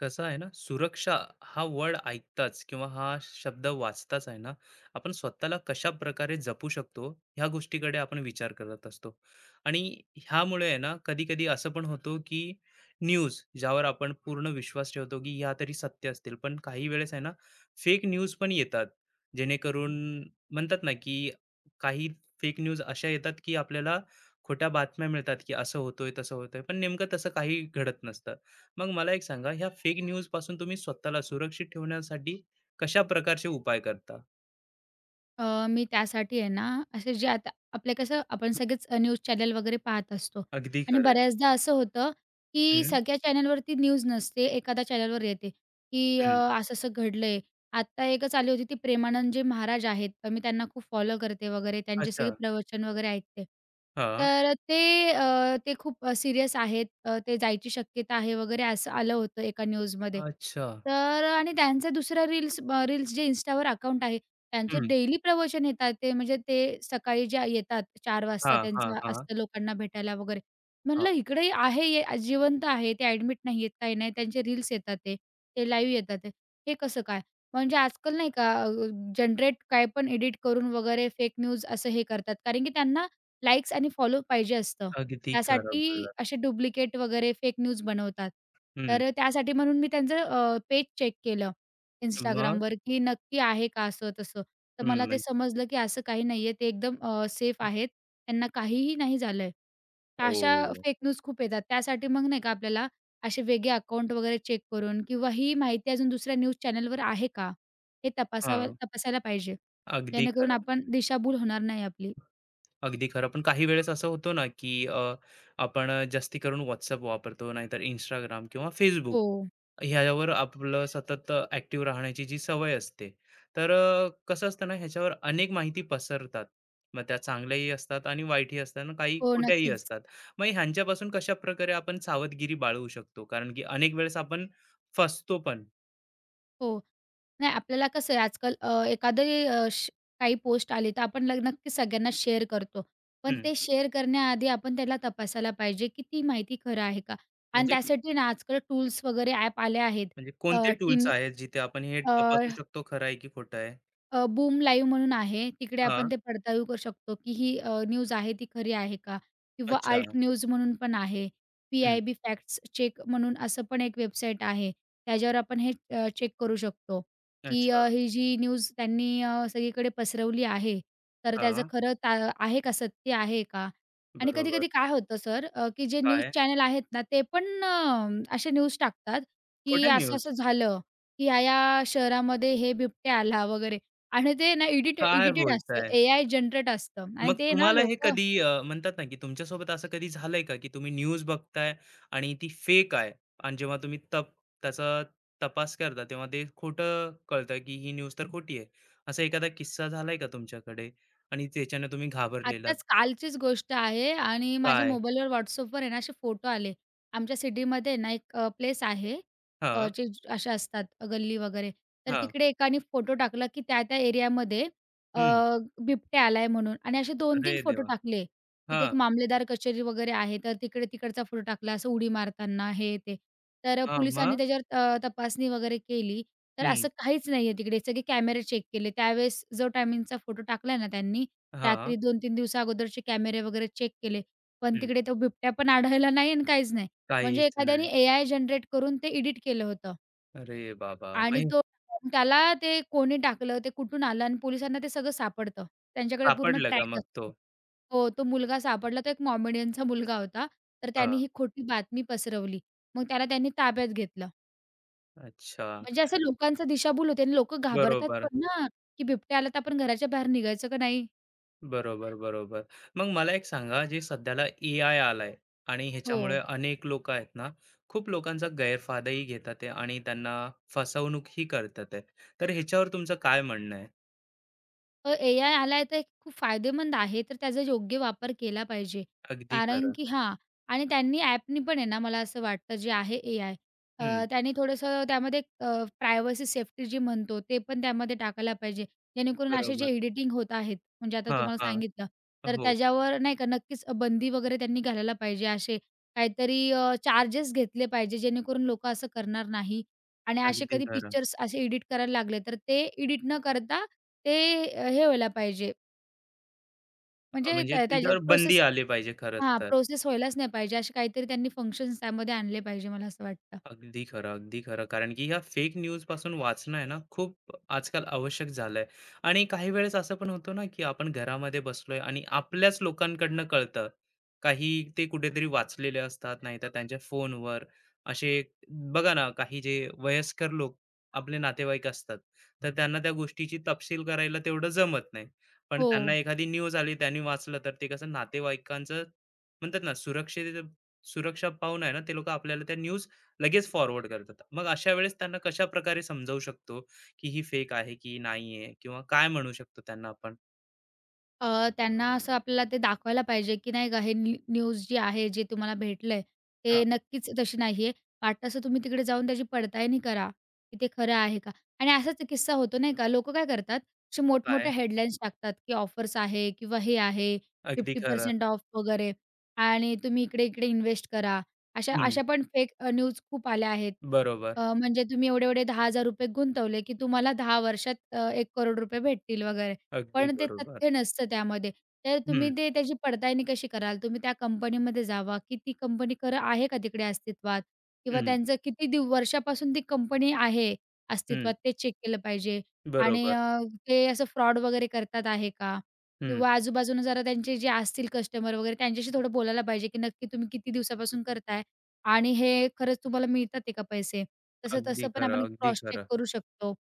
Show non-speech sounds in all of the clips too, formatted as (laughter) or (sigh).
कसं आहे ना, सुरक्षा हा वर्ड ऐकताच किंवा हा शब्द वाचताच आहे ना, आपण स्वतःला कशा प्रकारे जपू शकतो, ह्या गोष्टीकडे आपण विचार करत असतो. आणि ह्यामुळे आहे ना, कधी-कधी असं पण होतो की न्यूज ज्यावर आपण पूर्ण विश्वास ठेवतो, की ह्या तरी सत्य असतील. पण काही वेळेस आहे ना, फेक न्यूज पण येतात. जेणेकरून म्हणतात ना, की काही फेक न्यूज अशा येतात, की आपल्याला खोट्या बातम्या मिळतात, की असं होतंय, तसं होतंय. पण नेमकं तसं काही घडत नसतं. मग मला एक सांगा, ह्या फेक न्यूजपासून तुम्ही स्वतःला सुरक्षित ठेवण्यासाठी कशा प्रकारचे उपाय करता? मी त्यासाठी आहे ना, असे जे आता आपलं कसं आपण सगळेच न्यूज चॅनल वगैरे पाहत असतो. अगदी आणि खरं आहे. बऱ्याचदा असं होतं, की हं, सगळ्या चॅनलवरती न्यूज नसते, एखाद्या चॅनलवर येते, की हं. असं-असं घडलंय. आत्ता एकच आली होती ती प्रेमानंद जे महाराज आहेत, तर मी त्यांना खूप फॉलो करते वगैरे, त्यांचे सगळे अच्छा. प्रवचन वगैरे ऐकते. हां. तर ते ते खूप सीरियस आहेत, ते जायची शक्यता आहे वगैरे असं आलं होतं एका न्यूजमध्ये. अच्छा. तर आणि त्यांचं दुसरं रील्स रील्स जे Instaवर अकाउंट आहे, त्यांचे हं. डेली प्रवचन येतात ते म्हणजे ते सकाळी ज्या येतात 4 वाजता हां, हां, त्यांचं हां, असतं लोकांना भेटायला वगैरे. हां. म्हणलं इकडे आहे, हे जिवंत आहे, ते ॲडमिट नाही आहेत, काही नाही. त्यांचे रील्स येतात ते, ते लाईव्ह येतात ते. हे कसं काय? म्हणजे आजकाल नाही का जनरेट काय पण एडिट करून वगैरे फेक न्यूज असं हे करतात. कारण की त्यांना लाइक्स आणि फॉलो पाहिजे असतं. अगदी खरं त्यासाठी बोललात. असे डुप्लिकेट वगैरे फेक न्यूज बनवतात. हं. तर त्यासाठी म्हणून मी त्यांचं पेज चेक केलं मग? Instagramवर, की नक्की आहे का असं तसं. तर हं, मला ते म्हणजे समजलं, की असं काही नाहीये. ते एकदम सेफ आहेत. त्यांना काहीही नाही झालंय. तर अशा हो. फेक न्यूज खूप येतात. त्यासाठी मग नाही का आपल्याला असे वेगळे अकाउंट वगैरे चेक करून किंवा ही माहिती अजून दुसऱ्या न्यूज चॅनलवर आहे का, हे तपासावं हां. तपासायला पाहिजे. अगदी जेणेकरून खरं. आपण दिशाभूल होणार नाही आपली. अगदी खरं. पण काही वेळेस असं होतो ना, की आपण जास्ती करून WhatsApp वापरतो, नाहीतर Instagram किंवा Facebook. हो. ह्याच्यावर आपलं सतत ऍक्टिव्ह राहण्याची जी सवय असते तर कसं असतं ना ह्याच्यावर अनेक माहिती पसरतात. मग त्या चांगल्याही असतात आणि वाईटही असतात आणि काही हो, खोट्याही नक्कीच. असतात. मग ह्यांच्यापासून कशा प्रकारे आपण सावधगिरी बाळगू शकतो कारण की अनेक वेळेस आपण फसतो पण. हो. नाही, आपल्याला कसं आहे आजकाल, एखादी अ, श काही पोस्ट आली तर आपण नक्की सगळ्यांना शेअर करतो. पण हम्म, ते शेअर करण्याआधी आपण त्याला तपासायला पाहिजे, की ती माहिती खरं आहे का? आणि म्हणजे त्यासाठी ना आजकाल टूल्स वगैरे ॲप आले आहेत. म्हणजे अ, कोणते टीन टूल्स आहेत जिथे आपण हे तपासू शकतो खरं आहे की खोटं आहे? बूम लाईव्ह म्हणून आहे. तिकडे हा. आपण ते पडताळू करू शकतो, की ही न्यूज आहे ती खरी आहे का? किंवा अच्छा. अल्ट न्यूज म्हणून पण आहे. हम्म, पी-आय-बी फॅक्ट्स चेक म्हणून असं पण एक वेबसाईट आहे. त्याच्यावर आपण हे चेक करू शकतो, की अच्छा. ही जी न्यूज त्यांनी सगळीकडे पसरवली आहे, तर त्याचं हा. ता आहे का? सत्य आहे का? आणि बरोबर. कधी-कधी काय होतं सर, की जे न्यूज काय? चॅनल आहेत ना, ते पण असे न्यूज टाकतात, की खोट्या असं-असं न्यूज. झालं, की ह्या-ह्या शहरामध्ये हे बिबट्या आला वगैरे. आणि ते ना काय एडिटेड असतं, बोलताय? एआय जनरेट असतं आणि मग ते ना तुम्हाला हे लोकं. कधी अ, म्हणतात ना, की तुमच्यासोबत असं कधी झालंय का, की तुम्ही न्यूज बघताय आणि ती फेक आहे आणि जेव्हा तुम्ही त्याचा तपास करता, तेव्हा ते खोटं कळतं, की ही न्यूज तर खोटी आहे. असा एखादा किस्सा झालाय का तुमच्याकडे आणि त्याच्याने तुम्ही घाबरलेलात? आत्ताच कालचीच गोष्ट आहे, आणि माझ्या काय? मोबाईलवर WhatsAppवर आहे ना असे फोटो आले. आमच्या सिटीमध्ये ना एक प्लेस आहे, अ, हां, जे अशा असतात गल्ली वगैरे. तर हां, तिकडे एकाने फोटो टाकला की त्या-त्या एरियामध्ये अ, हं. बिबट्या आलाय म्हणून, आणि असे अरे 2-3 फोटो देवा! टाकले. तिथे हां, एक मामलेदार कचेरी वगैरे आहे, तर तिकडे तिकडचा फोटो टाकला, असं उडी मारताना हे ते. तर हां, पोलिसांनी मग? त्याच्यावर तपासणी वगैरे केली. तर हं, असं काहीच नाहीये तिकडे. सगळे कॅमेरे चेक केले. त्यावेळेस जो टायमिंगचा फोटो टाकलाय ना त्यांनी, हां, रात्री दोन 3 दिवसा अगोदरचे कॅमेरे वगैरे चेक केले. पण हं. तिकडे तो बिबट्या पण आढळला नाही आणि काहीच नाही. म्हणजे काहीच एखाद्याने नाही. एआय जनरेट करून ते एडिट केलं होतं. अरे बाबा! मग आणि हे तो, त्याला ते कोणी टाकलं, ते कुठून आलं, आणि पोलिसांना ते सगळं सापडतं. त्यांच्याकडे पूर्ण सापडलं का ट्रॅक मग तो? असतो. हो, तो मुलगा सापडला. तो एक मॉमेडियनचा मुलगा होता. तर त्याने हां, ही खोटी बातमी पसरवली. मग त्याला त्यांनी ताब्यात घेतलं. अच्छा. म्हणजे असं लोकांचं दिशाभूल होते आणि लोकं घाबरतात बरोबर. पण ना, की बिबट्या आला तर आपण घराच्या बाहेर निघायचं का नाही? बरोबर, बरोबर. मग मला एक सांगा, जे सध्याला ए-आय आलाय आणि हो. ह्याच्यामुळे अनेक लोकं आहेत ना, खूप लोकांचा गैरफायदाही घेतात आहे आणि त्यांना फसवणूकही करतात आहे. तर ह्याच्यावर तुमचं काय म्हणणं आहे? एआय आलाय तर खूप फायदेमंद आहे, तर त्याचा योग्य वापर केला पाहिजे. अगदी कारण खरं. की हां. आणि त्यांनी ॲपनी पण आहे ना, मला असं वाटतं जे आहे एआय, अ, हं, त्यांनी थोडंसं त्यामध्ये प्रायव्हसी सेफ्टी जी म्हणतो ते पण त्यामध्ये टाकायला पाहिजे. जेणेकरून असे जे बरोबर. एडिटिंग होत आहेत, म्हणजे आता हां, तुम्हाला हां. सांगितलं, तर हो, त्याच्यावर नाही का नक्कीच बंदी वगैरे त्यांनी घालायला पाहिजे. असे काहीतरी चार्जेस घेतले पाहिजे, जेणेकरून लोकं असं करणार नाही. आणि असे अगदी कधी खरं. पिक्चर्स असे एडिट करायला लागले, तर ते एडिट न करता ते हे व्हायला पाहिजे, अ, म्हणजे म्हणजे त्या त्याच्या त्याच्यावर बंदी प्रोसेस. आली पाहिजे खरंच हां, तर. प्रोसेस व्हायलाच नाही पाहिजे. असे काहीतरी त्यांनी फंक्शन्स त्यामध्ये आणले पाहिजे, मला असं वाटतं. अगदी खरं, अगदी खरं. कारण की ह्या फेक न्यूजपासून वाचणं आहे ना, खूप आजकाल आवश्यक झालंय. आणि काही वेळेस असं पण होतं ना, की आपण घरामध्ये बसलोय आणि आपल्याच लोकांकडनं कळतं. काही ते कुठेतरी वाचलेले असतात, नाहीतर त्यांच्या फोनवर असे बघा ना, काही जे वयस्कर लोक आपले नातेवाईक असतात, तर त्यांना त्या गोष्टीची तपशील करायला तेवढं जमत नाही. पण हो. त्यांना एखादी न्यूज आली, त्यांनी वाचलं, तर ते कसं नातेवाईकांचं म्हणतात ना, सुरक्षित सुरक्षा पाहून आहे ना, ते लोकं आपल्याला त्या न्यूज लगेच फॉरवर्ड करतात. मग अशा वेळेस त्यांना कशा प्रकारे समजावू शकतो, की ही फेक आहे की नाही आहे किंवा काय म्हणू शकतो त्यांना आपण? त्यांना असं आपल्याला ते दाखवायला पाहिजे, की नाही का हे न्यूज जी आहे, जे तुम्हाला भेटलंय, ते हां, नक्कीच तशी नाहीये. वाटतं असं तुम्ही तिकडे जाऊन त्याची पडताळणी करा, की ते खरं आहे का? आणि असाच एक किस्सा होतो नाही का, लोकं काय करतात, असे काय? मोठमोठ्या हेडलाईन्स टाकतात, की ऑफर्स आहे किंवा हे आहे अगदी खरं. 50% ऑफ वगैरे, आणि तुम्ही इकडे-इकडे इन्व्हेस्ट करा. अशा हं, अशा पण फेक न्यूज खूप आल्या आहेत. बरोबर. म्हणजे तुम्ही एवढे-एवढे ₹10,000 गुंतवले, की तुम्हाला 10 वर्षात ₹1,00,00,000 भेटतील वगैरे. अगदी पण ते बरोबर. तथ्य नसतं त्यामध्ये. तर तुम्ही हं, ते त्याची पडताळणी कशी कराल? तुम्ही त्या कंपनीमध्ये जावा, की ती कंपनी खरं आहे का तिकडे अस्तित्वात? किंवा हं, त्यांचं किती वर्षापासून ती कंपनी आहे हं. अस्तित्वात, ते चेक केलं पाहिजे. आणि बरोबर. ते असं फ्रॉड वगैरे करतात आहे का? हं. किंवा आजूबाजूनं जरा त्यांचे जे असतील कस्टमर वगैरे त्यांच्याशी थोडं बोलायला पाहिजे, की नक्की तुम्ही किती दिवसापासून करताय आणि हे खरंच तुम्हाला मिळतात आहे का पैसे? तसं अगदी तसं पण खरं, आपण अगदी क्रॉस चेक खरं. करू शकतो.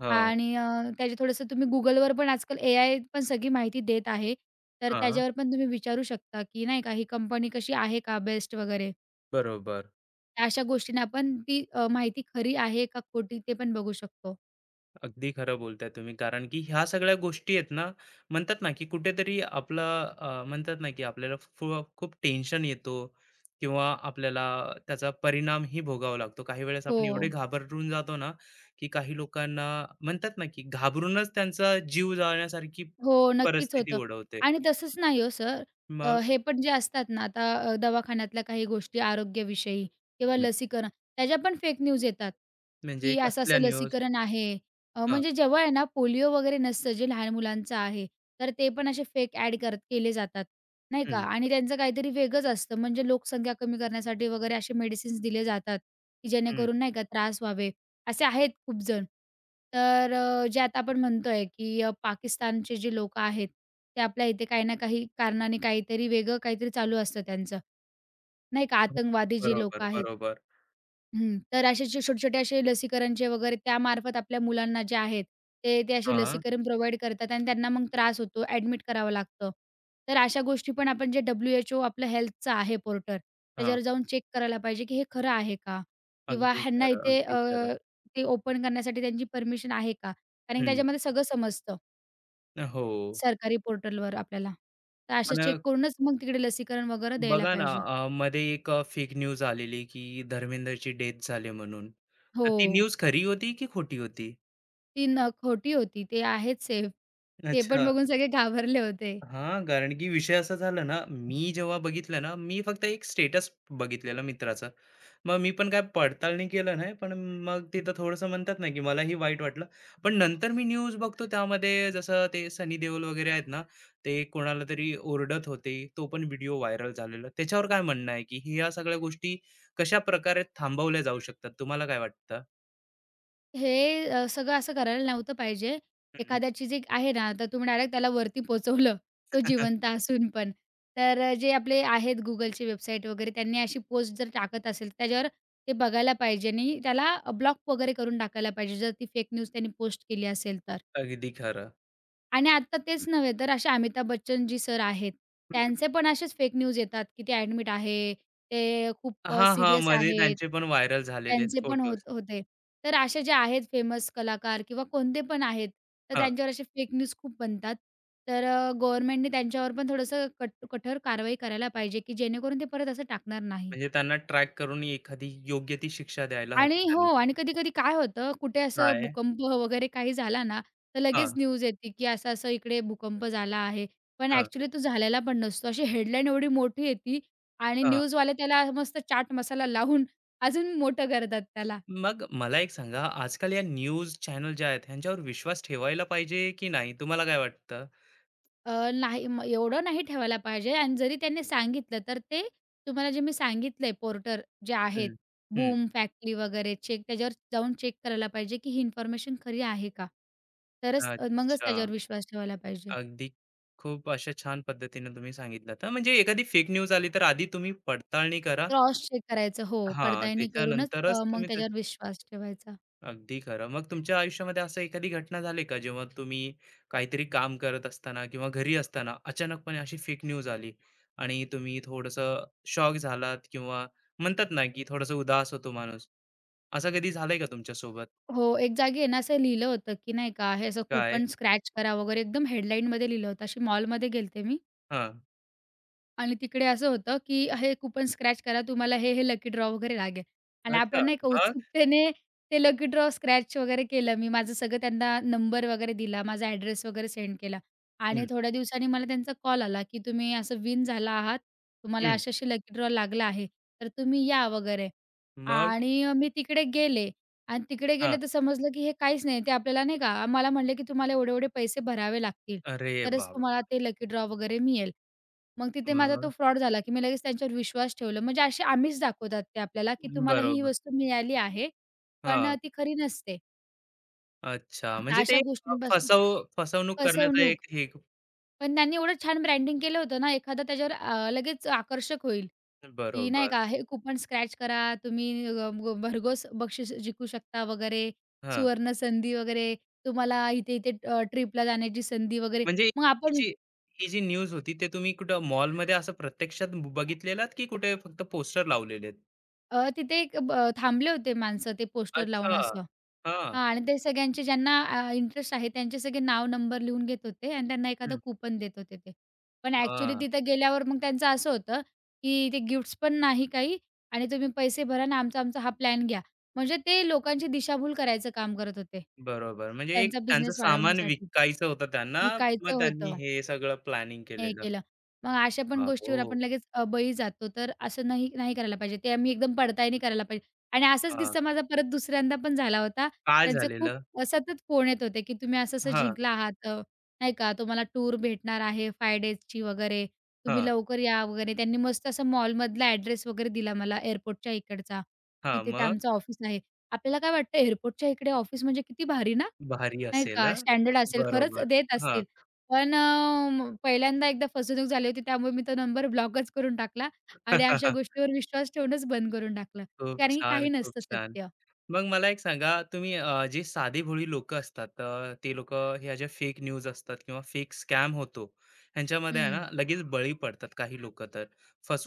हां, आणि त्याचे थोडंसं तुम्ही Googleवर पण, आजकाल एआय पण सगळी माहिती देत आहे. तर हां. त्याच्यावर पण तुम्ही विचारू शकता, की नाही का ही कंपनी कशी आहे का बेस्ट वगैरे. बरोबर. अशा गोष्टींना आपण ती माहिती खरी आहे का खोटी ते पण बघू शकतो. अगदी खरं बोलताय तुम्ही कारण की ह्या सगळ्या गोष्टी आहेत ना म्हणतात ना की कुठेतरी आपला म्हणतात ना की आपल्याला खूप टेन्शन येतो किंवा आपल्याला त्याचा परिणामही भोगावा लागतो काही वेळेस आपण एवढे हो. घाबरून जातो ना की काही लोकांना म्हणतात ना की घाबरूनच त्यांचा जीव जाण्यासारखी हो, नक्कीच परिस्थिती होतं. ओढवते. आणि तसंच नाही हो सर, मग हे पण जे असतात ना आता, दवाखान्यातल्या काही गोष्टी आरोग्याविषयी किंवा हं, लसीकरण, त्याच्या पण फेक न्यूज येतात, म्हणजे की कसल्या असं-असं न्यूज? लसीकरण आहे. हा. म्हणजे जेव्हा आहे ना पोलिओ वगैरे नसतं, जे लहान मुलांचं आहे, तर ते पण असे फेक ॲड केले जातात, नाही का? हं, आणि त्यांचं काहीतरी वेगळंच असतं, म्हणजे लोकसंख्या कमी करण्यासाठी वगैरे असे मेडिसिन्स दिले जातात, की हं, जेणेकरून नाही का त्रास व्हावे. असे आहेत खूप जण. तर जे आता आपण म्हणतोय, की पाकिस्तानचे जे लोकं आहेत, ते आपल्या इथे काही ना काही कारणाने काहीतरी वेगळं काहीतरी चालू असतं त्यांचं, नाही का? हो, आतंकवादी जे लोकं बरोबर आहेत. बरोबर. हं. तर असे जे छोटे-छोटे असे लसीकरणचे वगैरे त्यामार्फत आपल्या मुलांना जे आहेत, ते ते असे हा. लसीकरण प्रोव्हाईड करतात आणि त्यांना मग त्रास होतो, ॲडमिट करावं लागतं. तर अशा गोष्टी पण आपण जे WHO आपलं हेल्थचं आहे पोर्टल, हा त्याच्यावर जाऊन चेक करायला पाहिजे, की हे खरं आहे का? किंवा अगदी ह्यांना खरं, इथे अगदी खरं. ते ओपन करण्यासाठी त्यांची परमिशन आहे का? कारण की हं, त्याच्यामध्ये सगळं समजतं हो. सरकारी पोर्टलवर आपल्याला. तर असं चेक पण करूनच मग तिकडे लसीकरण वगैरे द्यायला बघा ना, पाहिजे. मध्ये एक फेक न्यूज आलेली, की धर्मेंद्रची डेथ झाली म्हणून. तर हो. ती न्यूज खरी होती की खोटी होती? ती खोटी होती. ते आहेत सेफ. ते पण अच्छा. बघून सगळे घाबरले होते. हां, कारण की विषय असा झाला ना, मी जेव्हा बघितलं ना, मी फक्त एक स्टेटस बघितलेलं मित्राचं. मग मी पण काय पडताळणी केलं नाही, पण मग तिथं थोडंसं म्हणतात ना, की मलाही वाईट वाटलं. पण नंतर मी न्यूज बघतो त्यामध्ये जसं ते सनी देओल वगैरे आहेत ना, ते कोणाला तरी ओरडत होते. तो पण व्हिडिओ व्हायरल झालेला. त्याच्यावर काय म्हणणं आहे, की ह्या सगळ्या गोष्टी कशाप्रकारे थांबवल्या जाऊ शकतात? तुम्हाला काय वाटतं? हे सगळं असं करायला नव्हतं पाहिजे. हं. एखाद्याची जी आहे ना, तर तुम्ही डायरेक्ट त्याला वरती पोहोचवलं, तो जिवंत (laughs) असून पण. तर जे आपले आहेत Googleची वेबसाईट वगैरे, त्यांनी अशी पोस्ट जर टाकत असेल, त्याच्यावर ते बघायला पाहिजे आणि त्याला ब्लॉक वगैरे करून टाकायला पाहिजे, जर ती फेक न्यूज त्यांनी पोस्ट केली असेल तर. अगदी खरं. आणि आता तेच नव्हे तर असे अमिताभ बच्चन जी सर आहेत, हं. त्यांचे पण असेच फेक न्यूज येतात, की ते ॲडमिट आहे, ते खूप हां, हां. सीरियस मध्ये आहेत. त्यांचे पण व्हायरल झालेले त्यांचे पण फोटोज. होत होते. तर असे जे आहेत फेमस कलाकार किंवा कोणते पण आहेत, तर त्यांच्यावर असे फेक न्यूज खूप बनतात. तर गव्हर्नमेंटने त्यांच्यावर पण थोडंसं कठोर कारवाई करायला पाहिजे, की जेणेकरून ते परत असं टाकणार नाही. म्हणजे त्यांना ट्रॅक करून एखादी योग्य ती शिक्षा द्यायला हवी आणि हो, त्यांना. आणि कधी-कधी काय होतं, कुठे असं काय? भूकंप वगैरे काही झाला ना, तर लगेच हां, न्यूज येते, की असं-असं इकडे भूकंप झाला आहे. पण हां, ॲक्चुअली तो झालेला पण नसतो. अशी हेडलाईन एवढी मोठी येते, आणि हां. न्यूजवाले त्याला मस्त चाट मसाला लावून अजून मोठं करतात त्याला. मग मला एक सांगा, आजकाल या न्यूज चॅनल ज्या आहेत, ह्यांच्यावर विश्वास ठेवायला पाहिजे की नाही? तुम्हाला काय वाटतं? नाही, मग एवढं नाही ठेवायला पाहिजे, आणि जरी त्यांनी सांगितलं, तर ते तुम्हाला जे मी सांगितलंय पोर्टर जे आहेत, हं, हं. बूम फॅक्टरी वगैरे त्याच्यावर जाऊन चेक करायला पाहिजे, की ही इन्फॉर्मेशन खरी आहे का? तरच मगच अच्छा. त्याच्यावर विश्वास ठेवायला पाहिजे. अगदी खूप अशा छान पद्धतीने तुम्ही सांगितलं. तर म्हणजे एखादी फेक न्यूज आली, तर आधी तुम्ही पडताळणी करा. क्रॉस चेक करायचं. हो, हां, पडताळणी करूनच त्याच्यानंतरच मग तुम्ही त्याच्यावर विश्वास ठेवायचा. अगदी खरं. मग तुमच्या आयुष्यामध्ये असं एखादी घटना झाली का, जेव्हा तुम्ही काहीतरी काम करत असताना किंवा घरी असताना अचानकपणे अशी फेक न्यूज आली आणि तुम्ही थोडंसं शॉक झालात किंवा म्हणतात ना, की थोडंसं उदास होतो माणूस. असं कधी झालंय का तुमच्यासोबत? हो, एक जागी आहे ना, असं लिहिलं होतं, की नाही का, हे असं काय? कूपन स्क्रॅच करा वगैरे एकदम हेडलाईनमध्ये लिहिलं होतं. अशी मॉलमध्ये गेले होते मी, हां. आणि तिकडे असं होतं, की हे कुपन स्क्रॅच करा, तुम्हाला हे, हे लकी ड्रॉ वगैरे लागेल. आणि अच्छा. आपण नाही का मग? उत्सुकतेने ते लकी ड्रॉ स्क्रॅच वगैरे केलं मी. माझं सगळं त्यांना नंबर वगैरे दिला, माझा ॲड्रेस वगैरे सेंड केला. आणि हं, थोड्या दिवसांनी मला त्यांचा कॉल आला, की तुम्ही असं विन झाला आहात. तुम्हाला हं. असे-असे लकी ड्रॉ लागला आहे, तर तुम्ही या वगैरे. मग? आणि मी तिकडे गेले, आणि तिकडे हां. गेले तर समजलं, की हे काहीच नाही. ते आपल्याला नाही का मला म्हणले, की तुम्हाला एवढे-एवढे पैसे भरावे लागतील, अरे तरच बाबा! तुम्हाला ते लकी ड्रॉ वगैरे मिळेल. मग तिथे माझा तो मग? फ्रॉड झाला, की मी लगेच त्यांच्यावर विश्वास ठेवला. म्हणजे असे आमिष दाखवतात ते आपल्याला, की तुम्हाला ही, ही बरोबर. वस्तू मिळाली आहे, पण हां. ती खरी नसते. अच्छा. म्हणजे अशा ते अ, गोष्टींपासून फसव फसवणूक करण्याचा फसवणूक. एक हे पण त्यांनी एवढं छान ब्रँडिंग केलं होतं ना, एखादा त्याच्यावर लगेच आकर्षक होईल, की नाही बरोबर. का, हे कूपन स्क्रॅच करा, तुम्ही भरघोस बक्षीस जिंकू शकता वगैरे, हां. सुवर्ण संधी वगैरे, तुम्हाला इथे-इथे ट्रिपला जाण्याची संधी वगैरे. म्हणजे मग ही आपण जी ही जी न्यूज होती, ते तुम्ही कुठं मॉलमध्ये असं प्रत्यक्षात बघितलेलात, की कुठे फक्त पोस्टर लावलेले आहेत? तिथे एक ब थांबले होते माणसं ते पोस्टर लावून अच्छा. असं. हां. हां, आणि ते सगळ्यांचे ज्यांना इंटरेस्ट आहे त्यांचे सगळे नाव, नंबर लिहून घेत होते आणि त्यांना एखादं हं. कुपन देत होते ते. पण ॲक्चुअली हां. तिथं गेल्यावर मग त्यांचं असं होतं, की ते गिफ्ट्स पण नाही काही, आणि तुम्ही पैसे भरा आणि आमचा-आमचा हा प्लॅन घ्या. म्हणजे ते लोकांची दिशाभूल करायचं काम करत होते. बरोबर. म्हणजे एक त्यांचा त्यांचं बिझनेस सामान वाढवण्यासाठी. विकायचं होतं त्यांना, मग विकायचं त्यांनी होतं. हे सगळं प्लॅनिंग हे केलेलं. केलं. मग अशा पण गोष्टीवर आपण बाबो! लगेच बळी जातो. तर असं नाही नाही करायला पाहिजे. ते आम्ही एकदम पडताळणी करायला पाहिजे. आणि असाच हां. किस्सा माझा परत दुसऱ्यांदा पण झाला होता. काय त्यांचे खूप झालेलं? सतत फोन येत होते, की तुम्ही असं-असं हां, जिंकला आहात, नाही का, तुम्हाला टूर भेटणार आहे 5 डेजची वगैरे, तुम्ही हां, लवकर या वगैरे. त्यांनी मस्त असं मॉलमधला ॲड्रेस वगैरे दिला मला एअरपोर्टच्या इकडचा, की हां. तिथे मग? आमचं ऑफिस आहे. आपल्याला काय वाटतं एअरपोर्टच्या इकडे ऑफिस म्हणजे किती भारी ना? भारी नाही असेल, का, हां? स्टँडर्ड असेल, खरंच बरोबर. देत हां. असतील. पण पहिल्यांदा एकदा फसवणूक झाली होती, त्यामुळे मी तो नंबर ब्लॉकच करून टाकला, आणि अशा (laughs) गोष्टीवर विश्वास ठेवणंच बंद करून टाकलं. खूप कारण की छान, काही खूप नसतं छान. सत्य. मग मला एक सांगा, तुम्ही जे साधेभोळी लोकं असतात, ते लोकं ह्या ज्या फेक न्यूज असतात किंवा फेक स्कॅम होतो, ह्यांच्यामध्ये आहे हं. ना, लगेच बळी पडतात काही लोकं तर,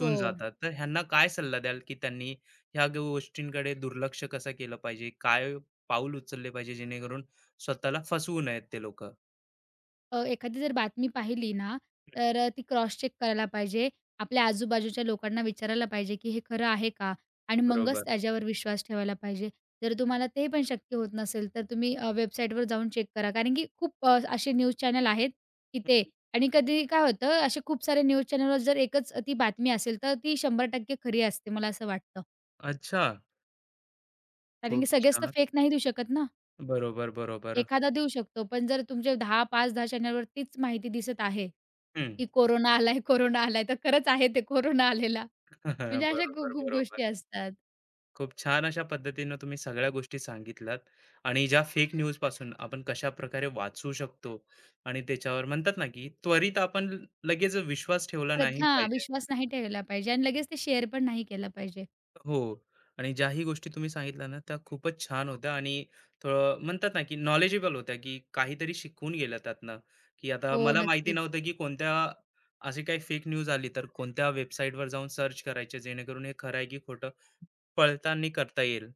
हो. जातात. तर ह्यांना काय सल्ला द्याल, की त्यांनी ह्या गोष्टींकडे दुर्लक्ष कसं केलं पाहिजे? काय पाऊल उचलले पाहिजे जेणेकरून स्वतःला फसवू नयेत ते लोकं? एखादी जर बातमी पाहिली ना, तर ती क्रॉस चेक करायला पाहिजे. आपल्या आजूबाजूच्या लोकांना विचारायला पाहिजे, की हे खरं आहे का? आणि मगच बरोबर. त्याच्यावर विश्वास ठेवायला पाहिजे. जर तुम्हाला ते पण शक्य होत नसेल, तर तुम्ही वेबसाईटवर जाऊन चेक करा. कारण की खूप असे न्यूज चॅनल आहेत की ते. हं. आणि कधी काय होतं, असे खूप सारे न्यूज चॅनलवर जर एकच ती बातमी असेल, तर ती 100% खरी असते, मला असं वाटतं. अच्छा. कारण खूप की सगळेच तर छान. फेक नाही देऊ शकत ना. बरोबर, बरोबर. एखादा देऊ शकतो, पण जर तुमचे 10, 5-10 चॅनलवर तीच माहिती दिसत आहे हं. की कोरोना आलाय, कोरोना आलाय, तर खरंच आहे ते कोरोना आलेला. (laughs) म्हणजे अशा खूप बरोबर, खूप बरोबर. गोष्टी असतात. खूप छान अशा पद्धतीनं तुम्ही सगळ्या गोष्टी सांगितल्यात आणि ज्या फेक न्यूज पासून आपण कशा प्रकारे वाचू शकतो आणि त्याच्यावर म्हणतात ना की त्वरित आपण लगेच विश्वास ठेवला परत नाही हां, पाहिजे. विश्वास नाही ठेवला पाहिजे आणि लगेच ते शेअर पण नाही केलं पाहिजे. हो. आणि ज्याही गोष्टी तुम्ही सांगितल्या ना त्या खूपच छान होत्या आणि थोडं म्हणतात ना की नॉलेजेबल होत्या की काहीतरी शिकून गेल्या त्यातनं की आता हो, मला माहिती नक्कीच. नव्हतं की कोणत्या अशी काही फेक न्यूज आली तर कोणत्या वेबसाईटवर जाऊन सर्च करायचे जेणेकरून हे खरं आहे की खोटं पडताळणी करता येईल.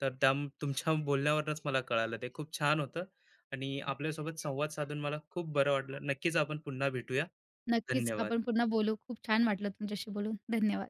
तर त्या तुमच्या बोलण्यावरूनच मला कळालं ते खूप छान होतं आणि आपल्यासोबत संवाद साधून मला खूप बरं वाटलं. नक्कीच आपण पुन्हा भेटूया. नक्कीच धन्यवाद. आपण पुन्हा बोलू. खूप छान वाटलं तुमच्याशी बोलून. धन्यवाद.